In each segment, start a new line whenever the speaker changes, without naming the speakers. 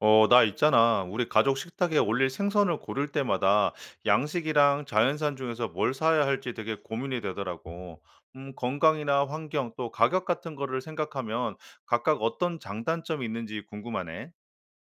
나 있잖아. 우리 가족 식탁에 올릴 생선을 고를 때마다 양식이랑 자연산 중에서 뭘 사야 할지 되게 고민이 되더라고. 건강이나 환경 또 가격 같은 거를 생각하면 각각 어떤 장단점이 있는지 궁금하네.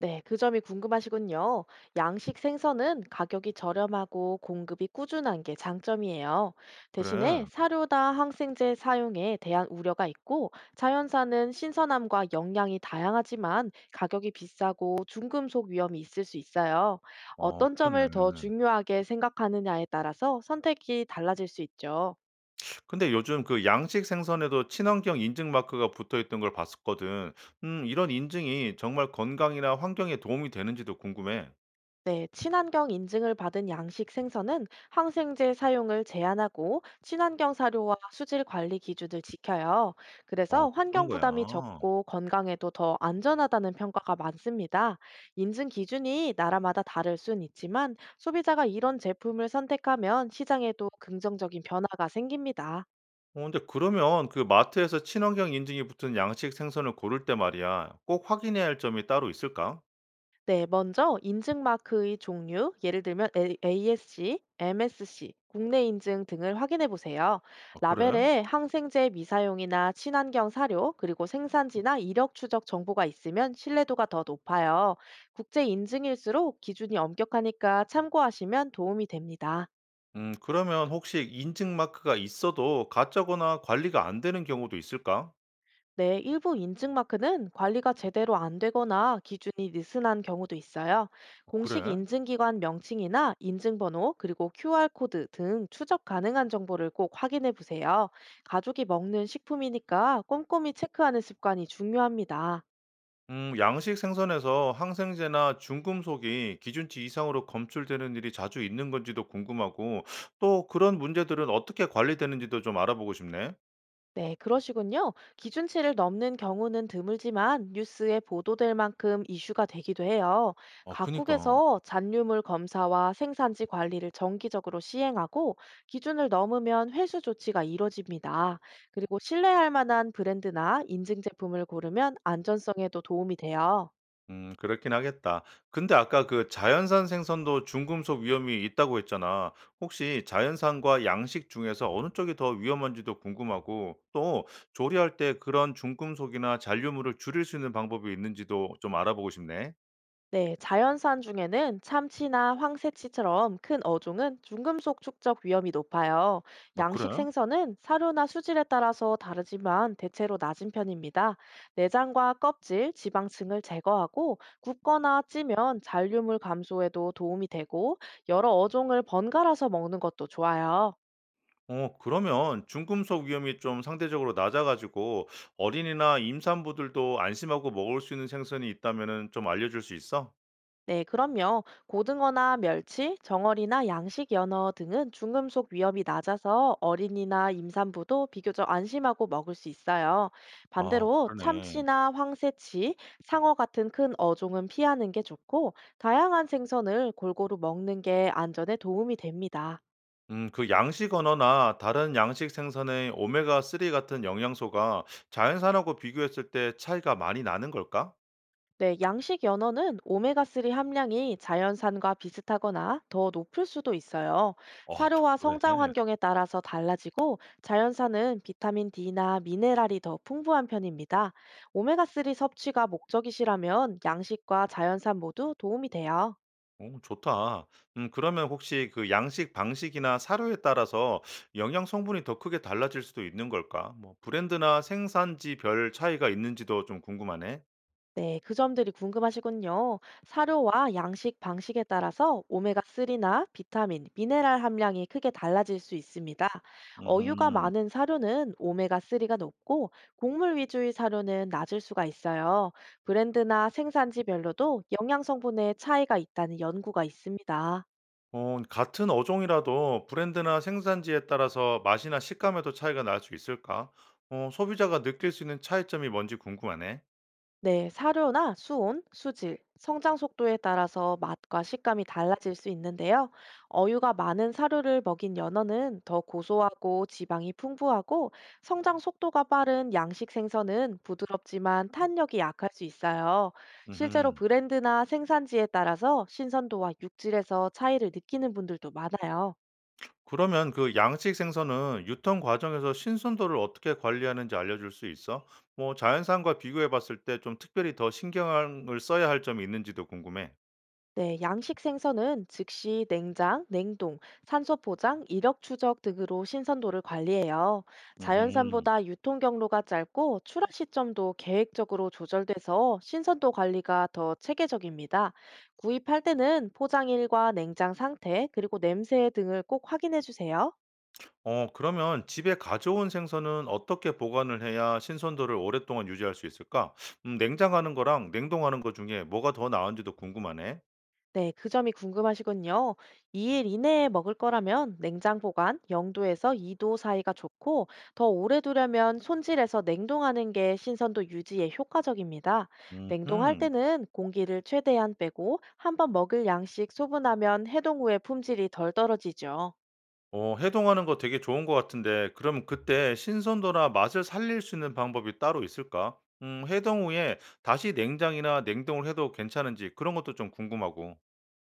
네, 그 점이 궁금하시군요. 양식 생선은 가격이 저렴하고 공급이 꾸준한 게 장점이에요. 대신에
그래.
사료나 항생제 사용에 대한 우려가 있고, 자연산은 신선함과 영양이 다양하지만 가격이 비싸고 중금속 위험이 있을 수 있어요. 어떤
그러네.
점을 더 중요하게 생각하느냐에 따라서 선택이 달라질 수 있죠.
근데 요즘 그 양식 생선에도 친환경 인증 마크가 붙어 있던 걸 봤었거든. 이런 인증이 정말 건강이나 환경에 도움이 되는지도 궁금해.
네, 친환경 인증을 받은 양식 생선은 항생제 사용을 제한하고 친환경 사료와 수질 관리 기준을 지켜요. 그래서
그런
환경
거야.
부담이 적고 건강에도 더 안전하다는 평가가 많습니다. 인증 기준이 나라마다 다를 순 있지만 소비자가 이런 제품을 선택하면 시장에도 긍정적인 변화가 생깁니다.
근데 그러면 그 마트에서 친환경 인증이 붙은 양식 생선을 고를 때 말이야, 꼭 확인해야 할 점이 따로 있을까?
네, 먼저 인증 마크의 종류, 예를 들면 A- s c MSC, 국내 인증 등을 확인해 보세요.
아 그래?
라벨에 항생제 미사용이나 친환경 사료, 그리고 생산지나 이력 추적 정보가 있으면 신뢰도가 더 높아요. 국제 인증일수록 기준이 엄격하니까 참고하시면 도움이 됩니다.
그러면 혹시 인증 마크가 있어도 가짜거나 관리가 안 되는 경우도 있을까?
네, 일부 인증 마크는 관리가 제대로 안 되거나 기준이 느슨한 경우도 있어요.
아
공식
그래?
인증기관 명칭이나 인증번호, 그리고 QR코드 등 추적 가능한 정보를 꼭 확인해 보세요. 가족이 먹는 식품이니까 꼼꼼히 체크하는 습관이 중요합니다.
양식 생선에서 항생제나 중금속이 기준치 이상으로 검출되는 일이 자주 있는 건지도 궁금하고 또 그런 문제들은 어떻게 관리되는지도 좀 알아보고 싶네.
네, 그러시군요. 기준치를 넘는 경우는 드물지만 뉴스에 보도될 만큼 이슈가 되기도 해요.
아 그니까.
각국에서 잔류물 검사와 생산지 관리를 정기적으로 시행하고 기준을 넘으면 회수 조치가 이뤄집니다. 그리고 신뢰할 만한 브랜드나 인증 제품을 고르면 안전성에도 도움이 돼요.
그렇긴 하겠다. 근데 아까 그 자연산 생선도 중금속 위험이 있다고 했잖아. 혹시 자연산과 양식 중에서 어느 쪽이 더 위험한지도 궁금하고 또 조리할 때 그런 중금속이나 잔류물을 줄일 수 있는 방법이 있는지도 좀 알아보고 싶네.
네, 자연산 중에는 참치나 황새치처럼 큰 어종은 중금속 축적 위험이 높아요.
아 그래?
양식 생선은 사료나 수질에 따라서 다르지만 대체로 낮은 편입니다. 내장과 껍질, 지방층을 제거하고 굽거나 찌면 잔류물 감소에도 도움이 되고 여러 어종을 번갈아서 먹는 것도 좋아요.
그러면 중금속 위험이 좀 상대적으로 낮아 가지고 어린이나 임산부들도 안심하고 먹을 수 있는 생선이 있다면은 좀 알려 줄 수 있어?
네, 그럼요. 고등어나 멸치, 정어리나 양식 연어 등은 중금속 위험이 낮아서 어린이나 임산부도 비교적 안심하고 먹을 수 있어요.
아
반대로
그러네.
참치나 황새치, 상어 같은 큰 어종은 피하는 게 좋고, 다양한 생선을 골고루 먹는 게 안전에 도움이 됩니다.
그 양식 언어나 다른 양식 생선의 오메가3 같은 영양소가 자연산하고 비교했을 때 차이가 많이 나는 걸까?
네, 양식 연어는 오메가3 함량이 자연산과 비슷하거나 더 높을 수도 있어요.
아, 또
사료와
그래.
성장 환경에 따라서 달라지고 자연산은 비타민 D나 미네랄이 더 풍부한 편입니다. 오메가3 섭취가 목적이시라면 양식과 자연산 모두 도움이 돼요.
좋다. 그러면 혹시 그 양식 방식이나 사료에 따라서 영양 성분이 더 크게 달라질 수도 있는 걸까? 뭐 브랜드나 생산지별 차이가 있는지도 좀 궁금하네.
네, 그 점들이 궁금하시군요. 사료와 양식 방식에 따라서 오메가3나 비타민, 미네랄 함량이 크게 달라질 수 있습니다. 어유가
음.
많은 사료는 오메가3가 높고 곡물 위주의 사료는 낮을 수가 있어요. 브랜드나 생산지별로도 영양 성분의 차이가 있다는 연구가 있습니다.
같은 어종이라도 브랜드나 생산지에 따라서 맛이나 식감에도 차이가 날 수 있을까? 소비자가 느낄 수 있는 차이점이 뭔지 궁금하네.
네, 사료나 수온, 수질, 성장 속도에 따라서 맛과 식감이 달라질 수 있는데요. 어유가 많은 사료를 먹인 연어는 더 고소하고 지방이 풍부하고 성장 속도가 빠른 양식 생선은 부드럽지만 탄력이 약할 수 있어요. 실제로
음.
브랜드나 생산지에 따라서 신선도와 육질에서 차이를 느끼는 분들도 많아요.
그러면 그 양식 생선은 유통 과정에서 신선도를 어떻게 관리하는지 알려줄 수 있어? 뭐 자연산과 비교해 봤을 때 좀 특별히 더 신경을 써야 할 점이 있는지도 궁금해.
네, 양식 생선은 즉시 냉장, 냉동, 산소 포장, 이력 추적 등으로 신선도를 관리해요.
음.
자연산보다 유통 경로가 짧고 출하 시점도 계획적으로 조절돼서 신선도 관리가 더 체계적입니다. 구입할 때는 포장일과 냉장 상태, 그리고 냄새 등을 꼭 확인해 주세요.
그러면 집에 가져온 생선은 어떻게 보관을 해야 신선도를 오랫동안 유지할 수 있을까? 냉장하는 거랑 냉동하는 거 중에 뭐가 더 나은지도 궁금하네.
네, 그 점이 궁금하시군요. 2일 이내에 먹을 거라면 냉장 보관 0도에서 2도 사이가 좋고 더 오래 두려면 손질해서 냉동하는 게 신선도 유지에 효과적입니다. 냉동할
음,
때는 공기를 최대한 빼고 한번 먹을 양씩 소분하면 해동 후에 품질이 덜 떨어지죠.
해동하는 거 되게 좋은 것 같은데, 그럼 그때 신선도나 맛을 살릴 수 있는 방법이 따로 있을까? 해동 후에 다시 냉장이나 냉동을 해도 괜찮은지 그런 것도 좀 궁금하고.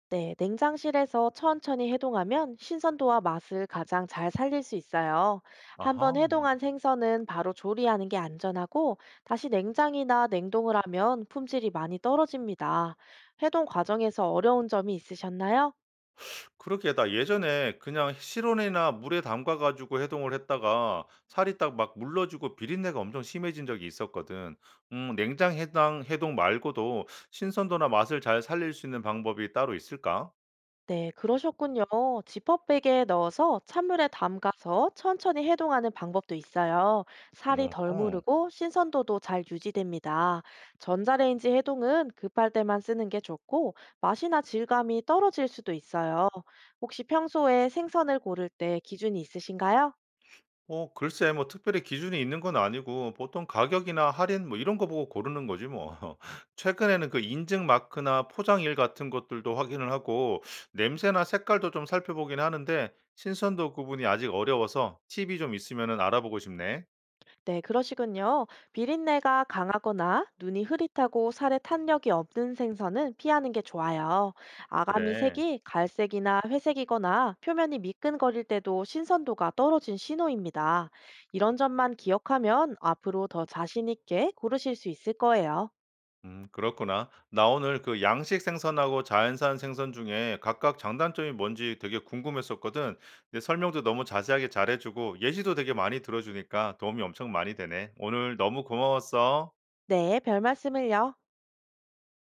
네, 냉장실에서 천천히 해동하면 신선도와 맛을 가장 잘 살릴 수 있어요. 한번
아하.
해동한 생선은 바로 조리하는 게 안전하고 다시 냉장이나 냉동을 하면 품질이 많이 떨어집니다. 해동 과정에서 어려운 점이 있으셨나요?
그러게 나 예전에 그냥 실온이나 물에 담가 가지고 해동을 했다가 살이 딱 막 물러지고 비린내가 엄청 심해진 적이 있었거든. 냉장 해당 해동 말고도 신선도나 맛을 잘 살릴 수 있는 방법이 따로 있을까?
네, 그러셨군요. 지퍼백에 넣어서 찬물에 담가서 천천히 해동하는 방법도 있어요. 살이 덜
어허.
무르고 신선도도 잘 유지됩니다. 전자레인지 해동은 급할 때만 쓰는 게 좋고 맛이나 질감이 떨어질 수도 있어요. 혹시 평소에 생선을 고를 때 기준이 있으신가요?
글쎄 뭐 특별히 기준이 있는 건 아니고 보통 가격이나 할인 뭐 이런 거 보고 고르는 거지 뭐. 최근에는 그 인증 마크나 포장일 같은 것들도 확인을 하고 냄새나 색깔도 좀 살펴보긴 하는데 신선도 구분이 아직 어려워서 팁이 좀 있으면은 알아보고 싶네.
네, 그러시군요. 비린내가 강하거나 눈이 흐릿하고 살에 탄력이 없는 생선은 피하는 게 좋아요.
아
아가미
그래.
색이 갈색이나 회색이거나 표면이 미끈거릴 때도 신선도가 떨어진 신호입니다. 이런 점만 기억하면 앞으로 더 자신 있게 고르실 수 있을 거예요.
그렇구나. 나 오늘 그 양식 생선하고 자연산 생선 중에 각각 장단점이 뭔지 되게 궁금했었거든. 근데 설명도 너무 자세하게 잘해주고 예시도 되게 많이 들어주니까 도움이 엄청 많이 되네. 오늘 너무 고마웠어.
네, 별 말씀을요.